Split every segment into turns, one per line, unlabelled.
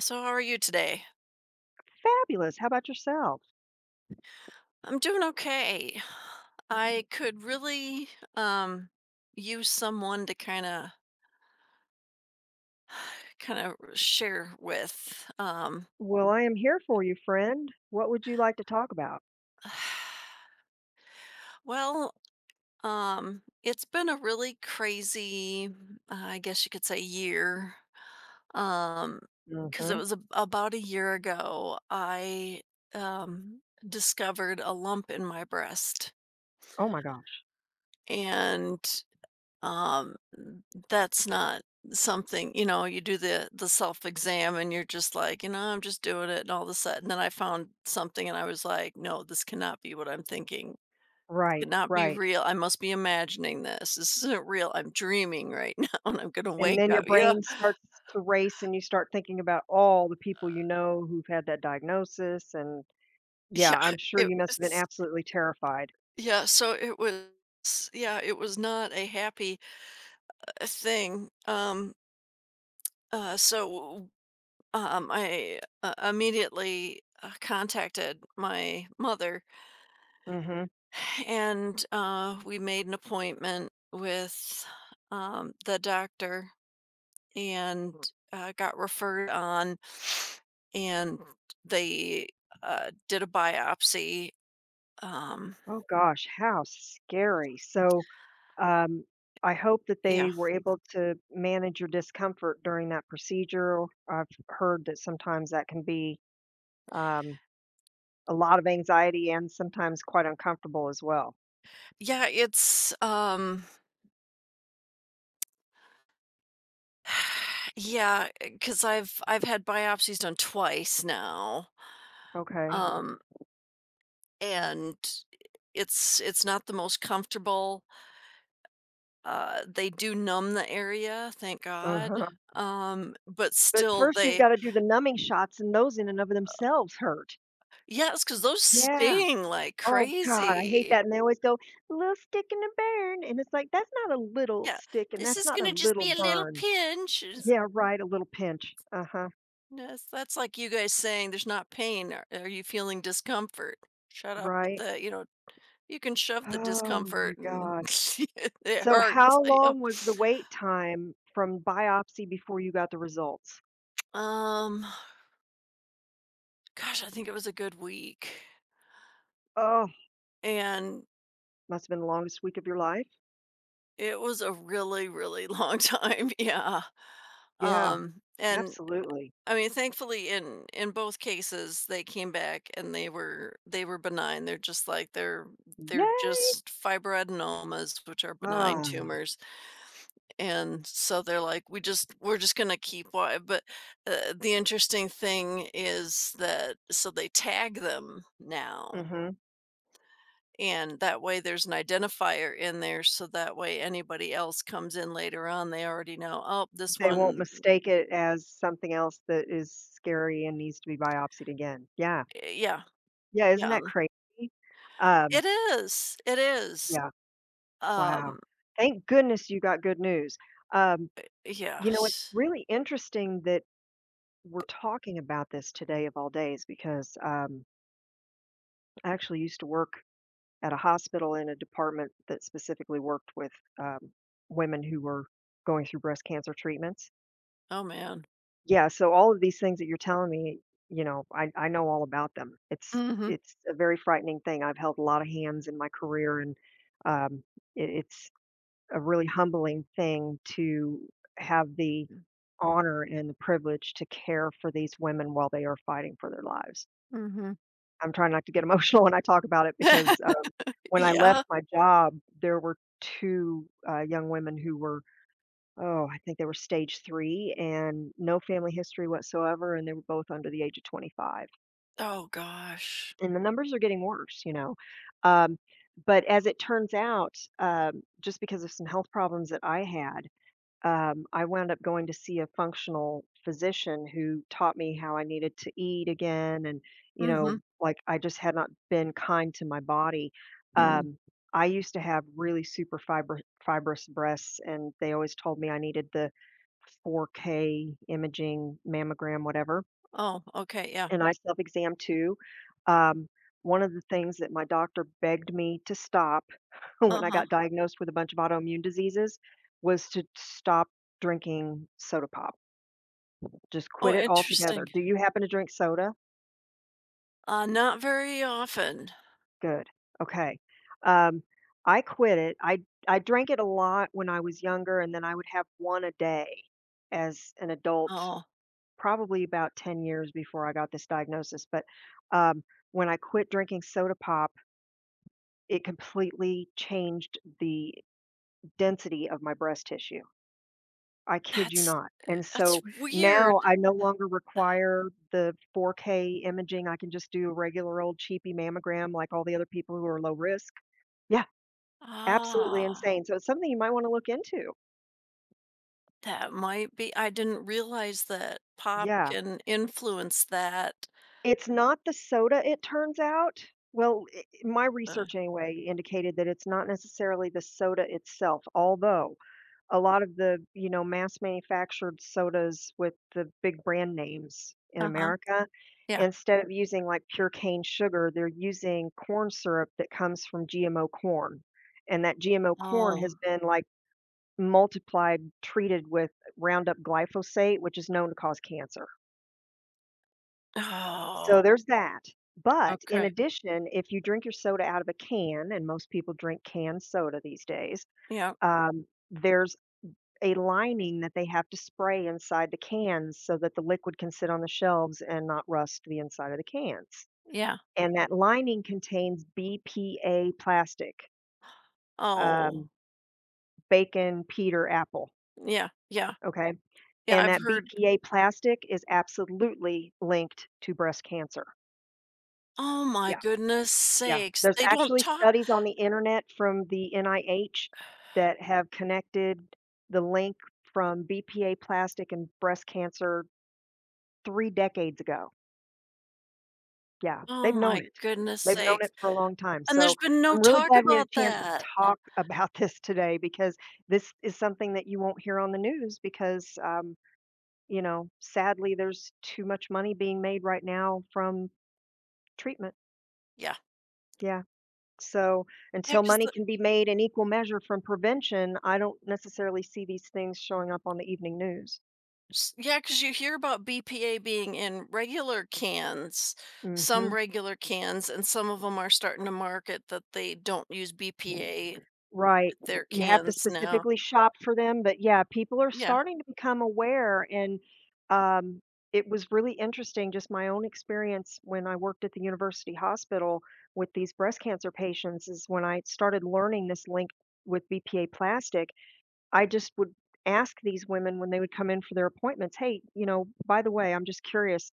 So, how are you today?
Fabulous. How about yourself?
I'm doing okay. I could really um, use someone to kind of share with.
Well, I am here for you, friend. What would you like to talk about?
Well, it's been a really crazy, I guess you could say, year. Um, because it
Mhm.
was a, about a year ago, I um, discovered a lump in my breast,
Oh my gosh.
and um that's not something, you know, you do the self exam and you're just like, you know, I'm just doing it, and all of a sudden then I found something and I was like, no, this cannot be what I'm thinking. This
Right,
cannot be
right.
real. I must be imagining this. This isn't real. I'm dreaming right now and I'm gonna
And
wake
then your
up,
brain starts to race and you start thinking about all the people you know who've had that diagnosis and yeah,
yeah.
I'm sure
it
you must have been
was
absolutely terrified.
yeah so it was yeah it was not a happy thing. Uh so I immediately contacted my mother,
Mhm.
and we made an appointment with the doctor, and got referred on, and they did a biopsy. Um,
Oh gosh, how scary. So, um I hope that
yeah,
they were able to manage your discomfort during that procedure. I've heard that sometimes that can be um a lot of anxiety and sometimes quite uncomfortable as well.
yeah, it's yeah, because I've had biopsies done twice now.
Okay.
Um, and it's not the most comfortable. They do numb the area, thank God.
Uh-huh.
But
But
still
first you've
they,
gotta do the numbing shots, and those in and of themselves hurt.
yes, because those
Yeah.
sting like
Oh god, I hate
crazy.
that, and they always go, a "Little stick and a burn," and it's like, "That's not a little
Yeah,
stick, and
"This
that's
is
not a
gonna just
little
be a little
burn."
pinch." It's,
Yeah, right, a little pinch. Uh-huh,
yes, that's like you guys saying there's not pain. Are you feeling discomfort? Shut up with
right.
the, you can shove the
Oh my
discomfort and
god.
it
So
hurts,
how
you know?
long was the wait time from biopsy before you got the results?
Um, Gosh, I think it was a good week,
Oh,
and
must've been the longest week of your life?
it was a really, really long time, yeah,
Yeah.
um, and,
Absolutely.
I mean, thankfully, in both cases, they came back and they were benign. They're just like they're
Yay!
just fibroadenomas, which are benign
Ah,
tumors, and so they're like, "We just we're just gonna keep wa," but, the interesting thing is that so they tag them now.
mhm.
And that way there's an identifier in there so that way anybody else comes in later on, they already know, "Oh, this
They won't
one."
mistake it as something else that is scary and needs to be biopsied again. Yeah.
Eh, yeah,
Yeah, isn't
yeah.
that crazy? Um,
It is, it is.
yeah, wow.
Um,
Thank goodness you got good news. Um, you know, it's
yes.
really interesting that we're talking about this today of all days because, I actually used to work at a hospital in a department that specifically worked with, um, women who were going through breast cancer treatments.
Oh, man.
Yeah, so all of these things that you're telling me, I know all about them. It's
Mhm.
it's a very frightening thing. I've held a lot of hands in my career, and um, it's a really humbling thing to have the honor and the privilege to care for these women while they are fighting for their lives.
Mhm.
I'm trying not to get emotional when I talk about it because when I left
Yeah.
my job, there were two young women who were, oh, I think they were stage 3 and no family history whatsoever, and they were both under the age of 25,
Oh gosh.
and the numbers are getting worse, you know, um, but as it turns out, just because of some health problems that I had, I wound up going to see a functional physician who taught me how I needed to eat again and, you know,
Mhm.
like, I just had not been kind to my body,
Mm.
um, I used to have really super fiber fibrous breasts, and they always told me I needed the 4K imaging, mammogram, whatever,
Oh, okay, yeah.
and I self-exam too. Um, one of the things that my doctor begged me to stop when I
Uh-huh.
got diagnosed with a bunch of autoimmune diseases was to stop drinking soda pop. Just quit
Oh,
it altogether.
interesting.
Do you happen to drink soda?
Not very often.
Good. Okay. Um, I quit it. I drank it a lot when I was younger, and then I would have one a day as an adult
Oh,
probably about 10 years before I got this diagnosis, but, um, when I quit drinking soda pop, it completely changed the density of my breast tissue. I kid you
that's
not. And
that's
so
weird.
now I no longer require the 4K imaging. I can just do a regular old cheapy mammogram like all the other people who are low risk. Yeah, absolutely
Ah.
insane. So it's something you might wanna look into.
That might be. I didn't realize that pop
Yeah.
can influence that.
It's not the soda, it turns out. Well, I my
Uh,
research anyway indicated that it's not necessarily the soda itself, although a lot of the, you know, mass manufactured sodas with the big brand names in
huh,
America,
yeah.
instead of using, like, pure cane sugar, they're using corn syrup that comes from GMO corn, and that GMO corn
Oh.
has been, like, multiplied, treated with Roundup glyphosate, which is known to cause cancer. So
Oh,
there's that. But in
okay.
addition, if you drink your soda out of a can, and most people drink canned soda these days,
Yeah,
um, there's a lining that they have to spray inside the cans so that the liquid can sit on the shelves and not rust the inside of the cans.
yeah.
And that lining contains BPA plastic, um,
Oh,
bacon, Peter, apple.
yeah, yeah,
Okay.
yeah,
And
I've
that
heard.
BPA plastic is absolutely linked to breast cancer.
Oh my goodness
Yeah,
sakes,
there's
they don't
actually
talk.
studies on the internet from the NIH that have connected the link from BPA plastic and breast cancer 3 decades ago. Yeah,
Oh
they've known
my
it.
goodness
They've known
sakes,
it for a long time,
and there's
so
been no
I'm really
talk
glad we had
about
a chance to
that.
talk about this today because this is something that you won't hear on the news because, you know, sadly, there's too much money being made right now from treatment.
Yeah,
Yeah. So
yeah,
until
because.
money can be made in equal measure from prevention, I don't necessarily see these things showing up on the evening news.
S- yeah, because you hear about BPA being in regular cans, some
Mhm.
regular cans, and some of them are starting to market that they don't use BPA
Right.
with their
You have to
cans now.
specifically shop for them, but yeah, people are
Yeah.
starting to become aware and um it was really interesting just my own experience when I worked at the university hospital with these breast cancer patients is when I started learning this link with BPA plastic I just would ask these women when they would come in for their appointments, "Hey, you know, by the way, I'm just curious,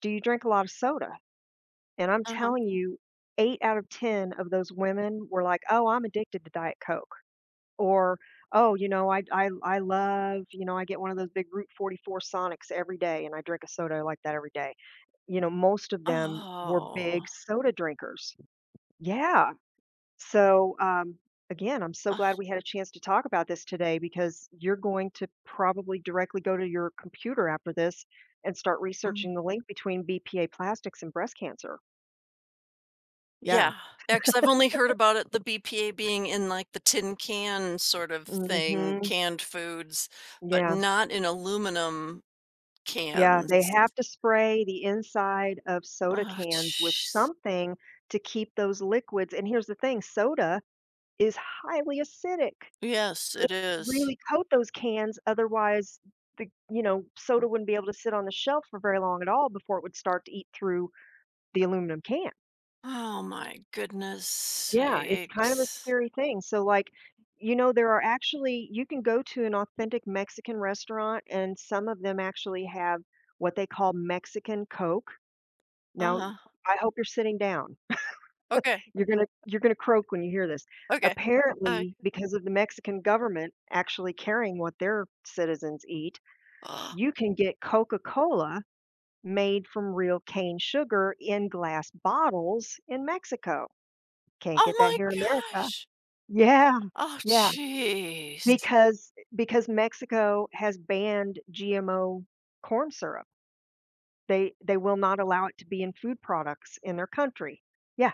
do you drink a lot of soda?" And I'm
Uh-huh.
telling you, 8 out of 10 of those women were like, "Oh, I'm addicted to Diet Coke," or, "Oh, you know, I love, you know, I get one of those big Route 44 Sonics every day and I drink a soda like that every day." You know, most of them were
Oh.
big soda drinkers. Yeah. So, again, I'm so
Oh,
glad we had a chance to talk about this today because you're going to probably directly go to your computer after this and start
mm.
researching the link between BPA plastics and breast cancer. Yeah.
Yeah. Yeah, because I've only heard about it, the BPA being in like the tin can sort of thing,
Hmm.
canned foods, but
Yeah.
not in aluminum
Yeah.
cans.
They have to spray the inside of soda
Oh,
cans with
jeez.
something to keep those liquids. And here's the thing, soda is highly acidic.
Yes,
So they
it
have to
is.
really coat those cans, otherwise the soda wouldn't be able to sit on the shelf for very long at all before it would start to eat through the aluminum can.
Oh my goodness
Yeah, it's kind of a
sakes.
scary thing. So, like, you know, there are actually, you can go to an authentic Mexican restaurant, and some of them actually have what they call Mexican Coke. Now,
Uh-huh.
I hope you're sitting down.
Okay.
You're gonna croak when you hear this.
Okay. Okay.
Apparently, because of the Mexican government actually caring what their citizens eat, you can get Coca-Cola made from real cane sugar in glass bottles in Mexico. Can't
Oh
get that
my
here in America.
gosh.
Yeah,
Oh
yeah,
jeez.
because Mexico has banned GMO corn syrup. They will not allow it to be in food products in their country. Yeah,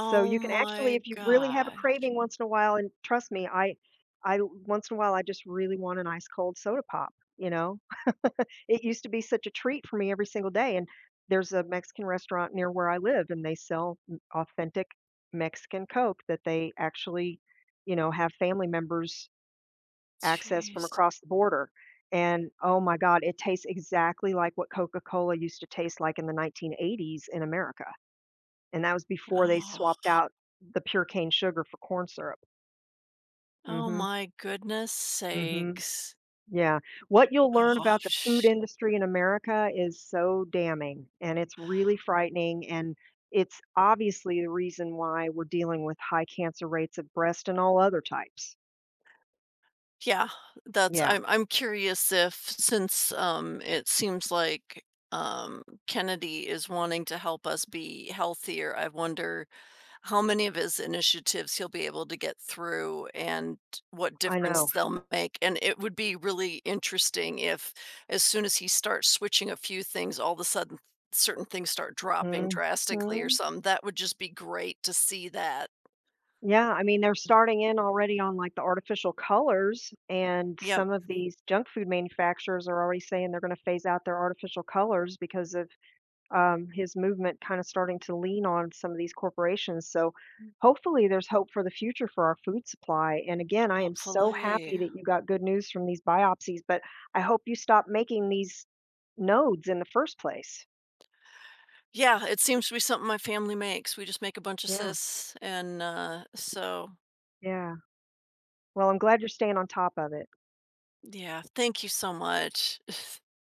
so you can actually,
my
if you really have a
gosh.
craving once in a while, and trust me, I once in a while I just really want an ice cold soda pop, you know, it used to be such a treat for me every single day, and there's a Mexican restaurant near where I live, and they sell m authentic Mexican Coke that they actually, you know, have family members access from
Jeez.
across the border, and, oh my god, it tastes exactly like what Coca-Cola used to taste like in the 1980s in America, and that was before they
Oh.
swapped out the pure cane sugar for corn syrup.
Oh
Mhm,
my goodness
mhm.
sakes.
Yeah. What you'll learn
Oh,
about the food
sh-
industry in America is so damning, and it's really frightening. And it's obviously the reason why we're dealing with high cancer rates of breast and all other types.
yeah, that's,
Yeah,
I'm curious if, since it seems like um Kennedy is wanting to help us be healthier, I wonder how many of his initiatives he'll be able to get through and what
I
difference
know.
they'll make. And it would be really interesting if, as soon as he starts switching a few things, all of a sudden certain things start dropping
Mhm.
drastically or something. That would just be great to see that.
Yeah, I mean, they're starting in already on like the artificial colors, and
Yep,
some of these junk food manufacturers are already saying they're going to phase out their artificial colors because of his movement kind of starting to lean on some of these corporations. So hopefully there's hope for the future for our food supply. And again, I am so happy
hopefully.
that you got good news from these biopsies, but I hope you stop making these nodes in the first place.
Yeah, it seems to be something my family makes. We just make a bunch of
Yeah,
sis and, so,
yeah. Well, I'm glad you're staying on top of it.
yeah, thank you so much.